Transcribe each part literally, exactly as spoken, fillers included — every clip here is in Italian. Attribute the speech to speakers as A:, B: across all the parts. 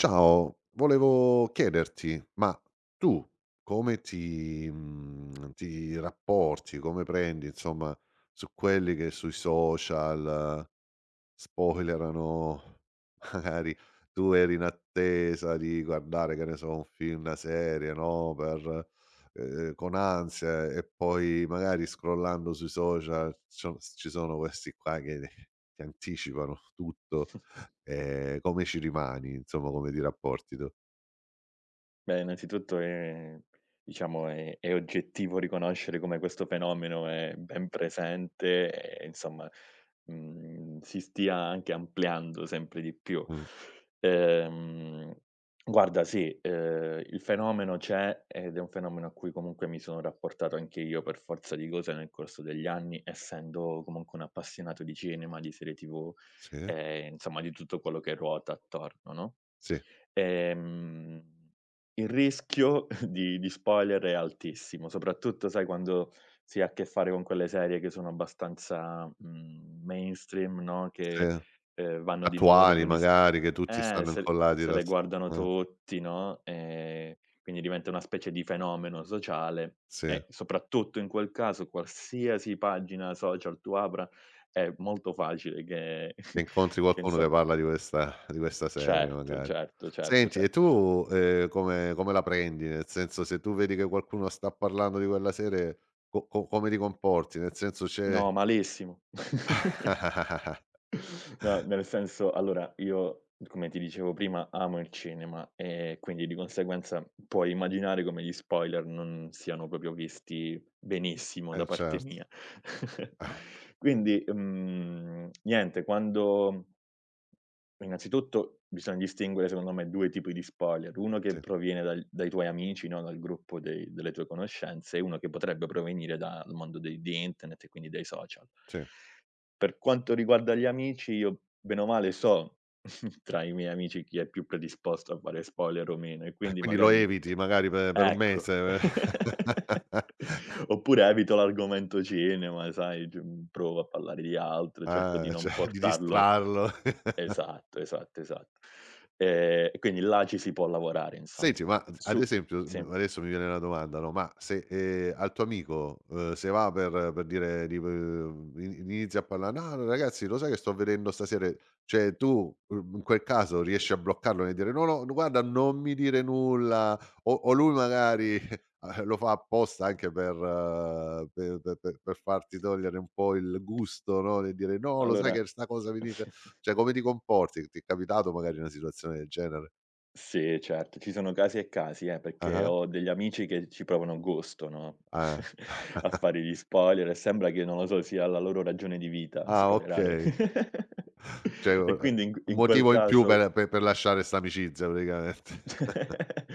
A: Ciao, volevo chiederti, ma tu come ti, mhmm, ti rapporti, come prendi insomma su quelli che sui social, spoilerano magari tu eri in attesa di guardare, che ne so, un film, una serie, no, per ehm, con ansia e poi magari scrollando sui social c'o ci sono questi qua che ti anticipano tutto. Ehm, come ci rimani, insomma, come ti rapporti tu?
B: Beh, innanzitutto è, diciamo, è è oggettivo riconoscere come questo fenomeno è ben presente e insomma, mhmm, si stia anche ampliando sempre di più.
A: Mh,
B: Ehm, Guarda, sì, ehm, il fenomeno c'è ed è un fenomeno a cui comunque mi sono rapportato anche io per forza di cose nel corso degli anni, essendo comunque un appassionato di cinema, di serie tivù,
A: sì,
B: ehm, insomma di tutto quello che ruota attorno, no?
A: sì,
B: Ehm il rischio di di spoiler è altissimo, soprattutto sai quando si ha a che fare con quelle serie che sono abbastanza, mhmm, mainstream, no, che,
A: sì.
B: ehm, vanno di moda,
A: Attuali
B: quindi s
A: magari che tutti
B: eh,
A: stanno
B: se
A: incollati
B: se
A: alla
B: le
A: s
B: guardano
A: eh,
B: tutti, no, ehm, quindi diventa una specie di fenomeno sociale
A: sì.
B: e soprattutto in quel caso qualsiasi pagina social tu apra è molto facile che
A: Se incontri
B: che
A: qualcuno che
B: inso
A: parla di questa di questa serie
B: certo,
A: magari.
B: certo, certo,
A: Senti e
B: cer
A: tu, ehm, come come la prendi? Nel senso, se tu vedi che qualcuno sta parlando di quella serie, co co come ti comporti? Nel senso c'è.
B: No, malissimo. No, nel senso allora io, come ti dicevo prima, amo il cinema e quindi di conseguenza puoi immaginare come gli spoiler non siano proprio visti benissimo
A: Eh
B: da parte
A: certo,
B: mia.
A: ah,
B: Quindi, mhmm, niente, quando innanzitutto bisogna distinguere secondo me due tipi di spoiler: uno che
A: sì,
B: proviene dal dai tuoi amici, no, dal gruppo dei delle tue conoscenze, e uno che potrebbe provenire dal mondo dei di internet e quindi dai social.
A: sì.
B: Per quanto riguarda gli amici, io bene o male so tra i miei amici chi è più predisposto a fare spoiler o meno e
A: Eh,
B: quindi
A: quindi lo
B: magari
A: eviti magari pe per un
B: ecco.
A: mese.
B: Oppure evito l'argomento cinema, sai, c mhmm, provo a parlare di altro, cerco di
A: Ah,
B: non
A: cioè di
B: portarlo.
A: distrarlo.
B: Esatto, esatto, esatto. Ehm, e quindi là ci si può lavorare insomma.
A: Senti, ma ad ad
B: Su
A: esempio,
B: Sì.
A: mhmm, adesso mi viene una domanda, no, ma se, ehm, al tuo amico, uhm, se va per per dire di uhm, in inizia a parla: "No, no, ragazzi lo sai che sto vedendo stasera", cioè tu, uhm, in quel caso riesci a bloccarlo nel dire: "No, no, no, guarda non mi dire nulla", o o lui magari eh, lo fa apposta anche per eh, per per per per farti togliere un po' il gusto, no, nel dire: "No, lo sai
B: Allora.
A: che sta cosa mi dice". Cioè come ti comporti? Ti è capitato magari una situazione del genere?
B: Sì, certo, ci sono casi e casi, eh, perché
A: Ah-ah.
B: ho degli amici che ci provano gusto, no,
A: Ah.
B: a fare gli spoiler e sembra che, non lo so, sia la loro ragione di vita
A: Ah
B: spoilerare.
A: okay, cioè u
B: E
A: ehm,
B: quindi in q
A: un
B: in quel
A: motivo in più
B: caso.
A: per per per lasciare 'sta amicizia praticamente.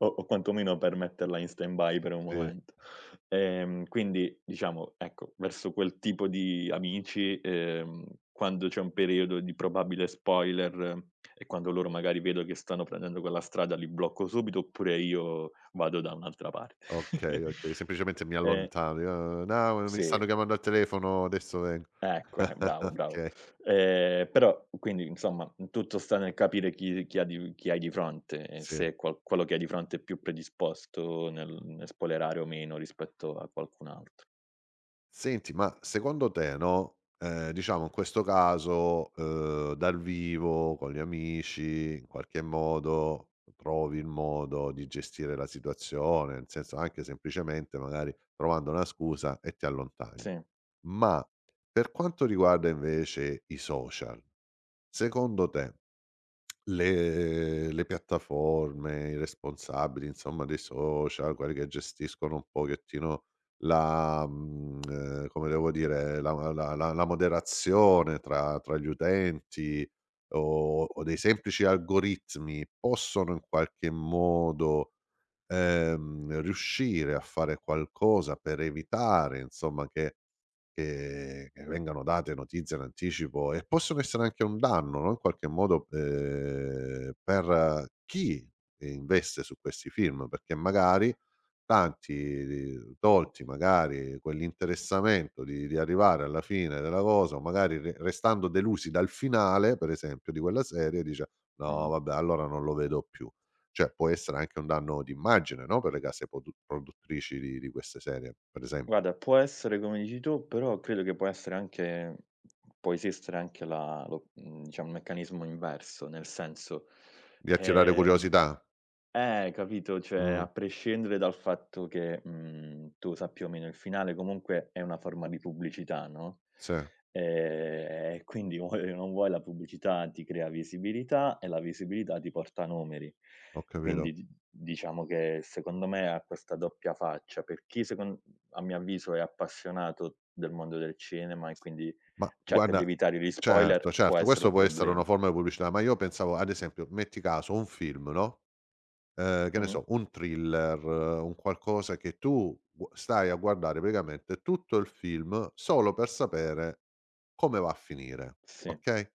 B: O o quantomeno per metterla in stand-by per un
A: Sì,
B: momento. Ehm, quindi diciamo, ecco, verso quel tipo di amici, ehm, quando c'è un periodo di probabile spoiler eh, e quando loro magari vedo che stanno prendendo quella strada, li blocco subito oppure io vado da un'altra parte.
A: okay, okay, semplicemente mi
B: Ehm
A: allontano, io: "No, mi
B: sì.
A: stanno chiamando al telefono, adesso vengo."
B: Ecco, eh, bravo, bravo.
A: Okay,
B: Ehm, però quindi insomma, tutto sta nel capire chi chi ha di chi hai di fronte e
A: sì.
B: se qual quello che hai di fronte è più predisposto nel nel spoilerare o meno rispetto a qualcun altro.
A: Senti, ma secondo te, no, ehm, diciamo in questo caso, uhm, dal vivo, con gli amici, in qualche modo trovi il modo di gestire la situazione, nel senso anche semplicemente magari trovando una scusa e ti allontani?
B: Sì,
A: Ma per quanto riguarda invece i social, secondo te le le piattaforme, i responsabili insomma dei social, quelli che gestiscono un pochettino la mhmm, ehm, come devo dire, la la la la moderazione tra tra gli utenti o o dei semplici algoritmi, possono in qualche modo ehm, riuscire a fare qualcosa per evitare insomma che che che vengano date notizie in anticipo e possono essere anche un danno, no, in qualche modo, ehm, per eh, chi investe su questi film, perché magari tanti tolti magari quell'interessamento di di arrivare alla fine della cosa, o magari re restando delusi dal finale, per esempio, di quella serie dice: "No
B: mh-mh.
A: vabbè, allora non lo vedo più." Cioè, può essere anche un danno d'immagine, no, per le case podu produttrici di di queste serie, per esempio.
B: Guarda, può essere come dici tu, però credo che può essere anche può esistere anche la lo mhmm, diciamo, il meccanismo inverso, nel senso,
A: Di attirare
B: ehm
A: curiosità.
B: Eh, capito, cioè a
A: Mh,
B: prescindere dal fatto che, mhmm, tu sappia o meno il finale, comunque è una forma di pubblicità, no,
A: sì,
B: ehm, e quindi vuoi o non vuoi la pubblicità ti crea visibilità e la visibilità ti porta numeri.
A: ho capito.
B: Quindi di diciamo che secondo me ha questa doppia faccia. Per chi secon A mio avviso è appassionato del mondo del cinema e quindi
A: Ma
B: cerca di
A: guarda
B: evitare gli
A: certo,
B: spoiler, può
A: certo,
B: essere
A: questo
B: un
A: può essere una
B: problema.
A: forma di pubblicità, ma io pensavo ad esempio, metti caso un film, no? Ehm, che ne
B: Mh-mh.
A: so, un thriller, eh, un qualcosa che tu gu stai a guardare praticamente tutto il film solo per sapere come va a finire,
B: Sì.
A: okay,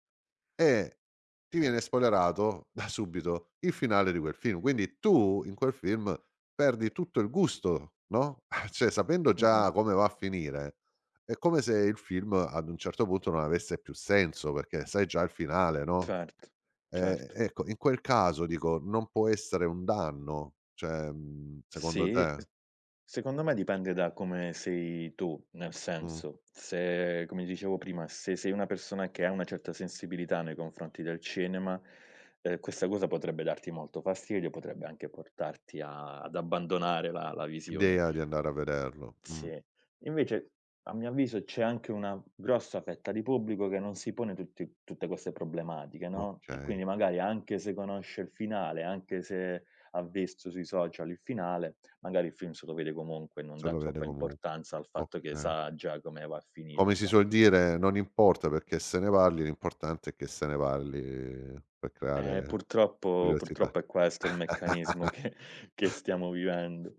A: e ti viene spoilerato da subito il finale di quel film. Quindi tu in quel film perdi tutto il gusto, no, cioè sapendo
B: Mh-mh.
A: già come va a finire, è come se il film ad un certo punto non avesse più senso, perché sai già il finale, no?
B: Certo,
A: Ehm,
B: certo.
A: ecco, in quel caso dico, non può essere un danno? Cioè, mhmm, secondo
B: Sì,
A: te?
B: s secondo me dipende da come sei tu, nel
A: Mh,
B: senso, se come dicevo prima, se sei una persona che ha una certa sensibilità nei confronti del cinema, ehm, questa cosa potrebbe darti molto fastidio, potrebbe anche portarti a ad abbandonare la la visione.
A: l'idea di andare a vederlo. Mh,
B: Sì. Invece, a mio avviso, c'è anche una grossa fetta di pubblico che non si pone tutti tutte queste problematiche, no, e
A: okay,
B: quindi magari anche se conosce il finale, anche se ha visto sui social il finale, magari il film se lo vede comunque e non
A: se
B: dà
A: lo vede
B: troppa
A: comunque.
B: importanza al fatto che
A: Okay.
B: sa già come va a finire,
A: Come si
B: insomma.
A: suol dire, non importa perché se ne parli, l'importante è che se ne parli per
B: Eh,
A: creare
B: purtroppo
A: curiosità.
B: purtroppo è questo il meccanismo che che stiamo vivendo.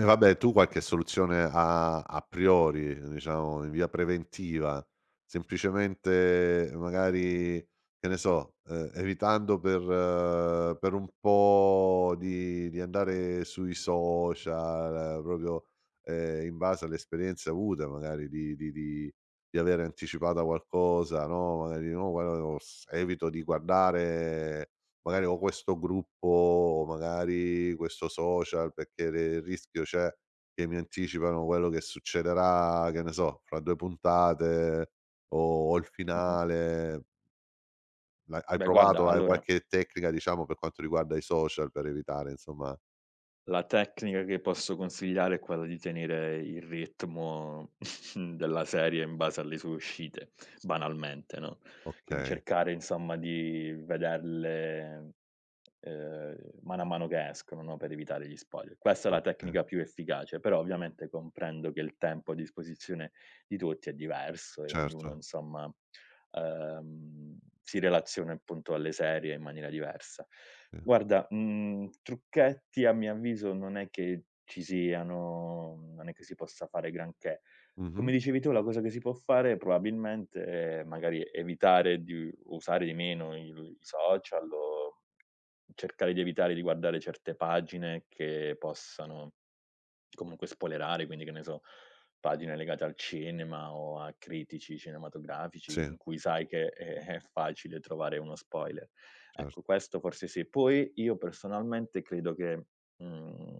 A: E vabbè, tu qualche soluzione a a priori, diciamo in via preventiva, semplicemente magari, che ne so, ehm, evitando per eh, per un po' di di andare sui social, eh, proprio, ehm, in base alle esperienze avute, magari di di di di avere anticipata qualcosa, no, magari: "No, guarda, os evito di guardare" magari o questo gruppo o magari questo social, perché de il rischio c'è che mi anticipano quello che succederà, che ne so, fra due puntate o o il
B: Mh-mh.
A: finale. L'ha hai
B: Beh, guarda,
A: provato? Hai
B: allora
A: qualche tecnica, diciamo, per quanto riguarda i social per evitare, insomma
B: la tecnica che posso consigliare è quella di tenere il ritmo della serie in base alle sue uscite, banalmente, no, quindi
A: okay,
B: cercare insomma di vederle, ehm, mano a mano che escono, no, per evitare gli spoiler. Questa è la
A: okay,
B: tecnica più efficace, però ovviamente comprendo che il tempo a disposizione di tutti è diverso e ognuno
A: certo,
B: insomma, ehm, si relaziona appunto alle serie in maniera diversa.
A: sì.
B: Guarda, mhmm, trucchetti a mio avviso non è che ci siano, non è che si possa fare granché.
A: Mh-mh.
B: Come dicevi tu, la cosa che si può fare probabilmente è magari evitare di usare di meno il i social o cercare di evitare di guardare certe pagine che possano comunque spoilerare, quindi che ne so, pagine legate al cinema o a critici cinematografici
A: Sì,
B: in cui sai che è è facile trovare uno spoiler.
A: certo.
B: Ecco, questo forse sì. Poi io personalmente credo che, mhmm,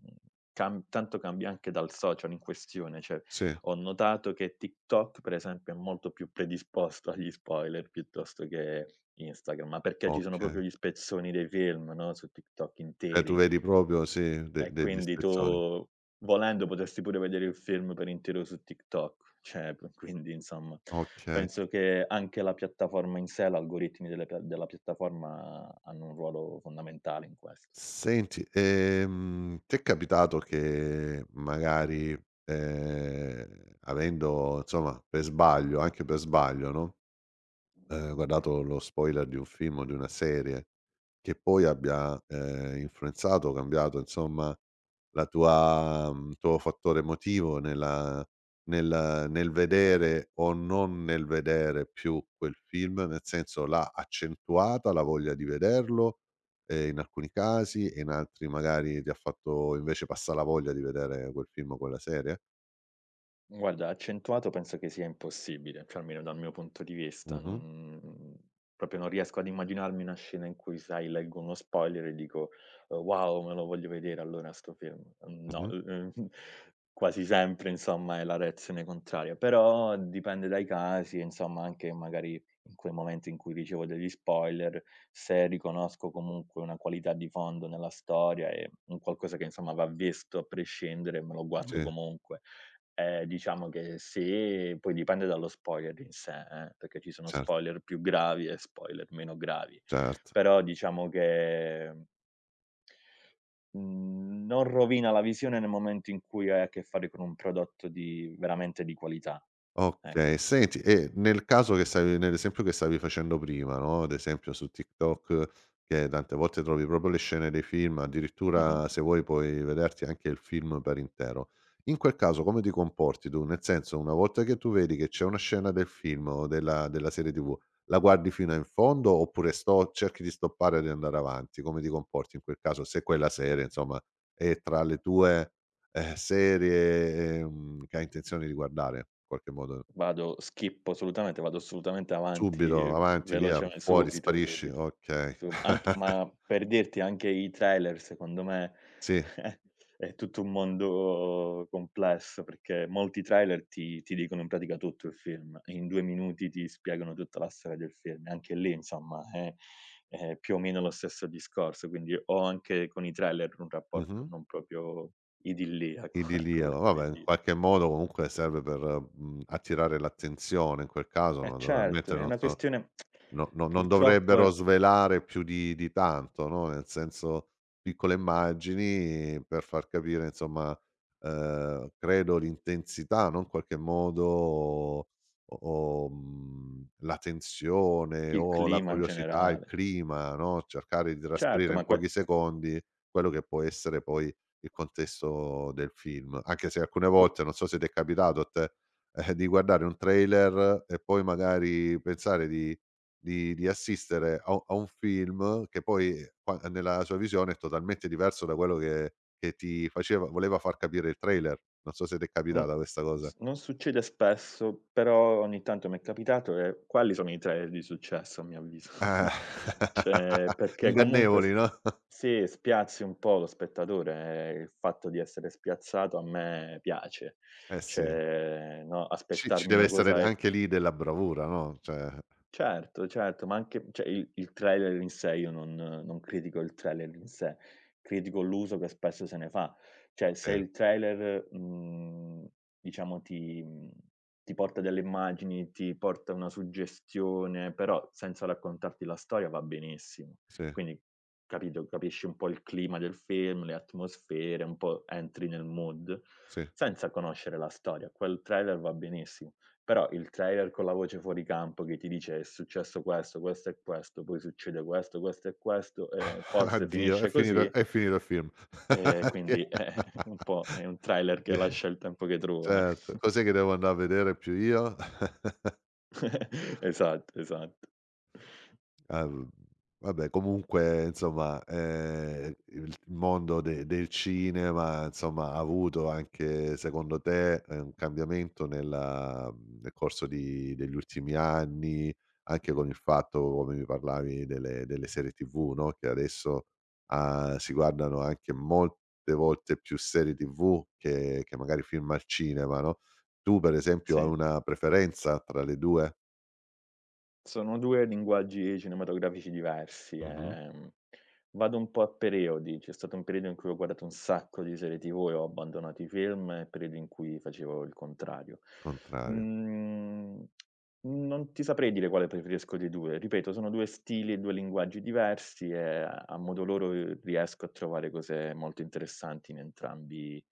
B: cam tanto cambia anche dal social in questione, cioè
A: Sì,
B: ho notato che TikTok per esempio è molto più predisposto agli spoiler piuttosto che Instagram, ma perché ci sono
A: okay.
B: proprio gli spezzoni dei film, no, su TikTok
A: Cioè tu
B: interi.
A: vedi proprio sì, de
B: E
A: de degli
B: quindi
A: spezzoni.
B: tu, volendo, potresti pure vedere il film per intero su TikTok. Cioè, p quindi insomma,
A: Okay.
B: penso che anche la piattaforma in sé, l'algoritmi delle pia della piattaforma hanno un ruolo fondamentale in questo.
A: Senti, ehm, ti è capitato che magari, ehm, avendo insomma per sbaglio anche per sbaglio, no, ehm, guardato lo spoiler di un film o di una serie, che poi abbia, ehm, influenzato o cambiato insomma la tua mhmm, tuo fattore emotivo nella nel nel vedere o non nel vedere più quel film, nel senso l'ha accentuata la voglia di vederlo, ehm, in alcuni casi e in altri magari ti ha fatto invece passa la voglia di vedere quel film o quella serie?
B: Guarda, accentuato penso che sia impossibile, cioè almeno dal mio punto di vista,
A: Mh-mh,
B: non proprio non riesco ad immaginarmi una scena in cui, sai, leggo uno spoiler e dico: "Uhm, wow, me lo voglio vedere allora sto film." Uhm, no.
A: mh-mh.
B: Uhm, quasi sempre insomma è la reazione contraria, però dipende dai casi, insomma anche magari in quei momenti in cui ricevo degli spoiler, se riconosco comunque una qualità di fondo nella storia, è un qualcosa che insomma va visto a prescindere, me lo, Mh-mh,
A: Sì,
B: guardo comunque. Ehm, diciamo che sì, poi dipende dallo spoiler in sé, eh, perché ci sono
A: cer
B: spoiler più gravi e spoiler meno gravi.
A: certo.
B: Però diciamo che, mhmm, non rovina la visione nel momento in cui hai a che fare con un prodotto di veramente di qualità.
A: Okay,
B: Ecco.
A: senti e nel caso che stavi nell'esempio che stavi facendo prima, no, ad esempio su TikTok che tante volte trovi proprio le scene dei film,
B: Mh-mh.
A: addirittura se vuoi puoi vederti anche il film per intero. In quel caso come ti comporti tu? Nel senso, una volta che tu vedi che c'è una scena del film o della della serie ti vù, la guardi fino in fondo oppure sto cerchi di stoppare e di andare avanti? Come ti comporti in quel caso, se quella serie insomma è tra le tue eh, serie, ehm, che hai intenzione di guardare, in qualche modo.
B: Vado Skippo assolutamente, vado assolutamente avanti
A: Subito, avanti, via,
B: velocemen Anch'io.
A: fuori,
B: Subito,
A: sparisci,
B: subito.
A: okay.
B: Su anch Ma per dirti, anche i trailer secondo me
A: Sì,
B: è tutto un mondo complesso, perché molti trailer ti ti dicono in pratica tutto il film, in due minuti ti spiegano tutta la storia del film, e anche lì insomma è è più o meno lo stesso discorso, quindi ho anche con i trailer un rapporto
A: mh-mh.
B: non proprio idilliaco, ecco
A: Idilio,
B: per così
A: vabbè, in
B: dire.
A: qualche modo comunque serve per, mhmm, attirare l'attenzione in quel caso,
B: Eh certo,
A: naturalmente
B: è
A: non
B: una
A: so.
B: questione.
A: No no non
B: Purtroppo
A: dovrebbero
B: è
A: svelare più di di tanto, no, nel senso, piccole immagini per far capire insomma, ehm, credo l'intensità, no, in qualche modo o o, mhmm, la tensione
B: il
A: o la
B: clima in
A: curiosità, il
B: generale.
A: clima, no, cercare di trasferire
B: Certo,
A: in
B: ma que
A: pochi secondi quello che può essere poi il contesto del film. Anche se alcune
B: qu
A: volte, non so se ti è capitato a te, eh, di guardare un trailer e poi magari pensare di di di assistere a u a un film che poi eh, qua nella sua visione è totalmente diverso da quello che che ti faceva voleva far capire il trailer. Non so se t'è
B: mh,
A: capitata questa cosa.
B: s non succede spesso, però ogni tanto mi è capitato e quelli sono i trailer di successo a mio avviso.
A: Ah.
B: Cioè, perché comunque
A: Ingannevoli,
B: s
A: no.
B: sì, spiazzi un po' lo spettatore e il fatto di essere spiazzato a me piace.
A: Eh sì.
B: Cioè, no,
A: Ci ci
B: aspettarmi
A: deve
B: una
A: essere d
B: cosa e.
A: anche lì della bravura, no, cioè
B: Certo, certo, ma anche cioè il il trailer in sé io non non critico il trailer in sé, critico l'uso che spesso se ne fa. Cioè se
A: sì,
B: il trailer, mhmm, diciamo ti mhmm, ti porta delle immagini, ti porta una suggestione, però senza raccontarti la storia va benissimo.
A: sì,
B: Quindi, capito, capisci un po' il clima del film, le atmosfere, un po' entri nel mood,
A: sì.
B: senza conoscere la storia. Quel trailer va benissimo. Però il trailer con la voce fuori campo che ti dice: "È successo questo, questo e questo, poi succede questo, questo e questo, e forse
A: Addio, è
B: finisce
A: finito
B: così",
A: è finito il film.
B: ehm, quindi
A: Che
B: è un po' è un trailer che
A: Sì,
B: lascia il tempo che trova, eh.
A: certo. Cos'è che devo andà a vedere più io?
B: Esatto, esatto.
A: Ah, v vabbè comunque insomma, ehm, il mondo de del cinema insomma ha avuto anche secondo te, ehm, un cambiamento nella mhmm, nel corso di degli ultimi anni, anche con il fatto, come mi parlavi, delle delle serie ti vù, no, che adesso, ah, si guardano anche molte volte più serie ti vù che che magari film al cinema, no. Tu per esempio hai
B: Sì.
A: una preferenza tra le due?
B: Sono due linguaggi cinematografici diversi,
A: Mh-mh.
B: ehm, vado un po' a periodi. C'è stato un periodo in cui ho guardato un sacco di serie tivù e ho abbandonato i film e periodi in cui facevo il contrario.
A: Contrario.
B: Mhmm, Non ti saprei dire quale preferisco dei due. Ripeto, sono due stili e due linguaggi diversi e a modo loro, ehm, riesco a trovare cose molto interessanti in entrambi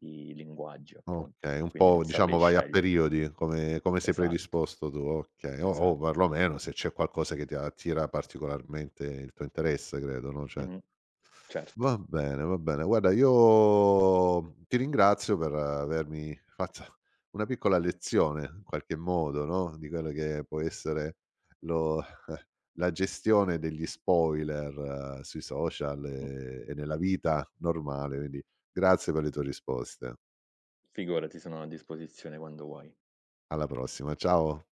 B: i linguaggi, appunto.
A: Okay, un
B: Quindi
A: po'
B: non saprei
A: diciamo vai a
B: scegliere.
A: periodi, come come sei
B: Esatto,
A: predisposto tu, okay, o o
B: esatto.
A: perlomeno se c'è qualcosa che ti attira particolarmente il tuo interesse credo, no, cioè
B: Mh-mh, certo.
A: va bene, va bene. Guarda io ti ringrazio per avermi fatto una piccola lezione in qualche modo, no, di quello che può essere lo la gestione degli spoiler eh, sui social
B: Mh.
A: e e nella vita normale, quindi grazie per le tue risposte.
B: Figurati, sono a disposizione quando vuoi.
A: Alla prossima, ciao.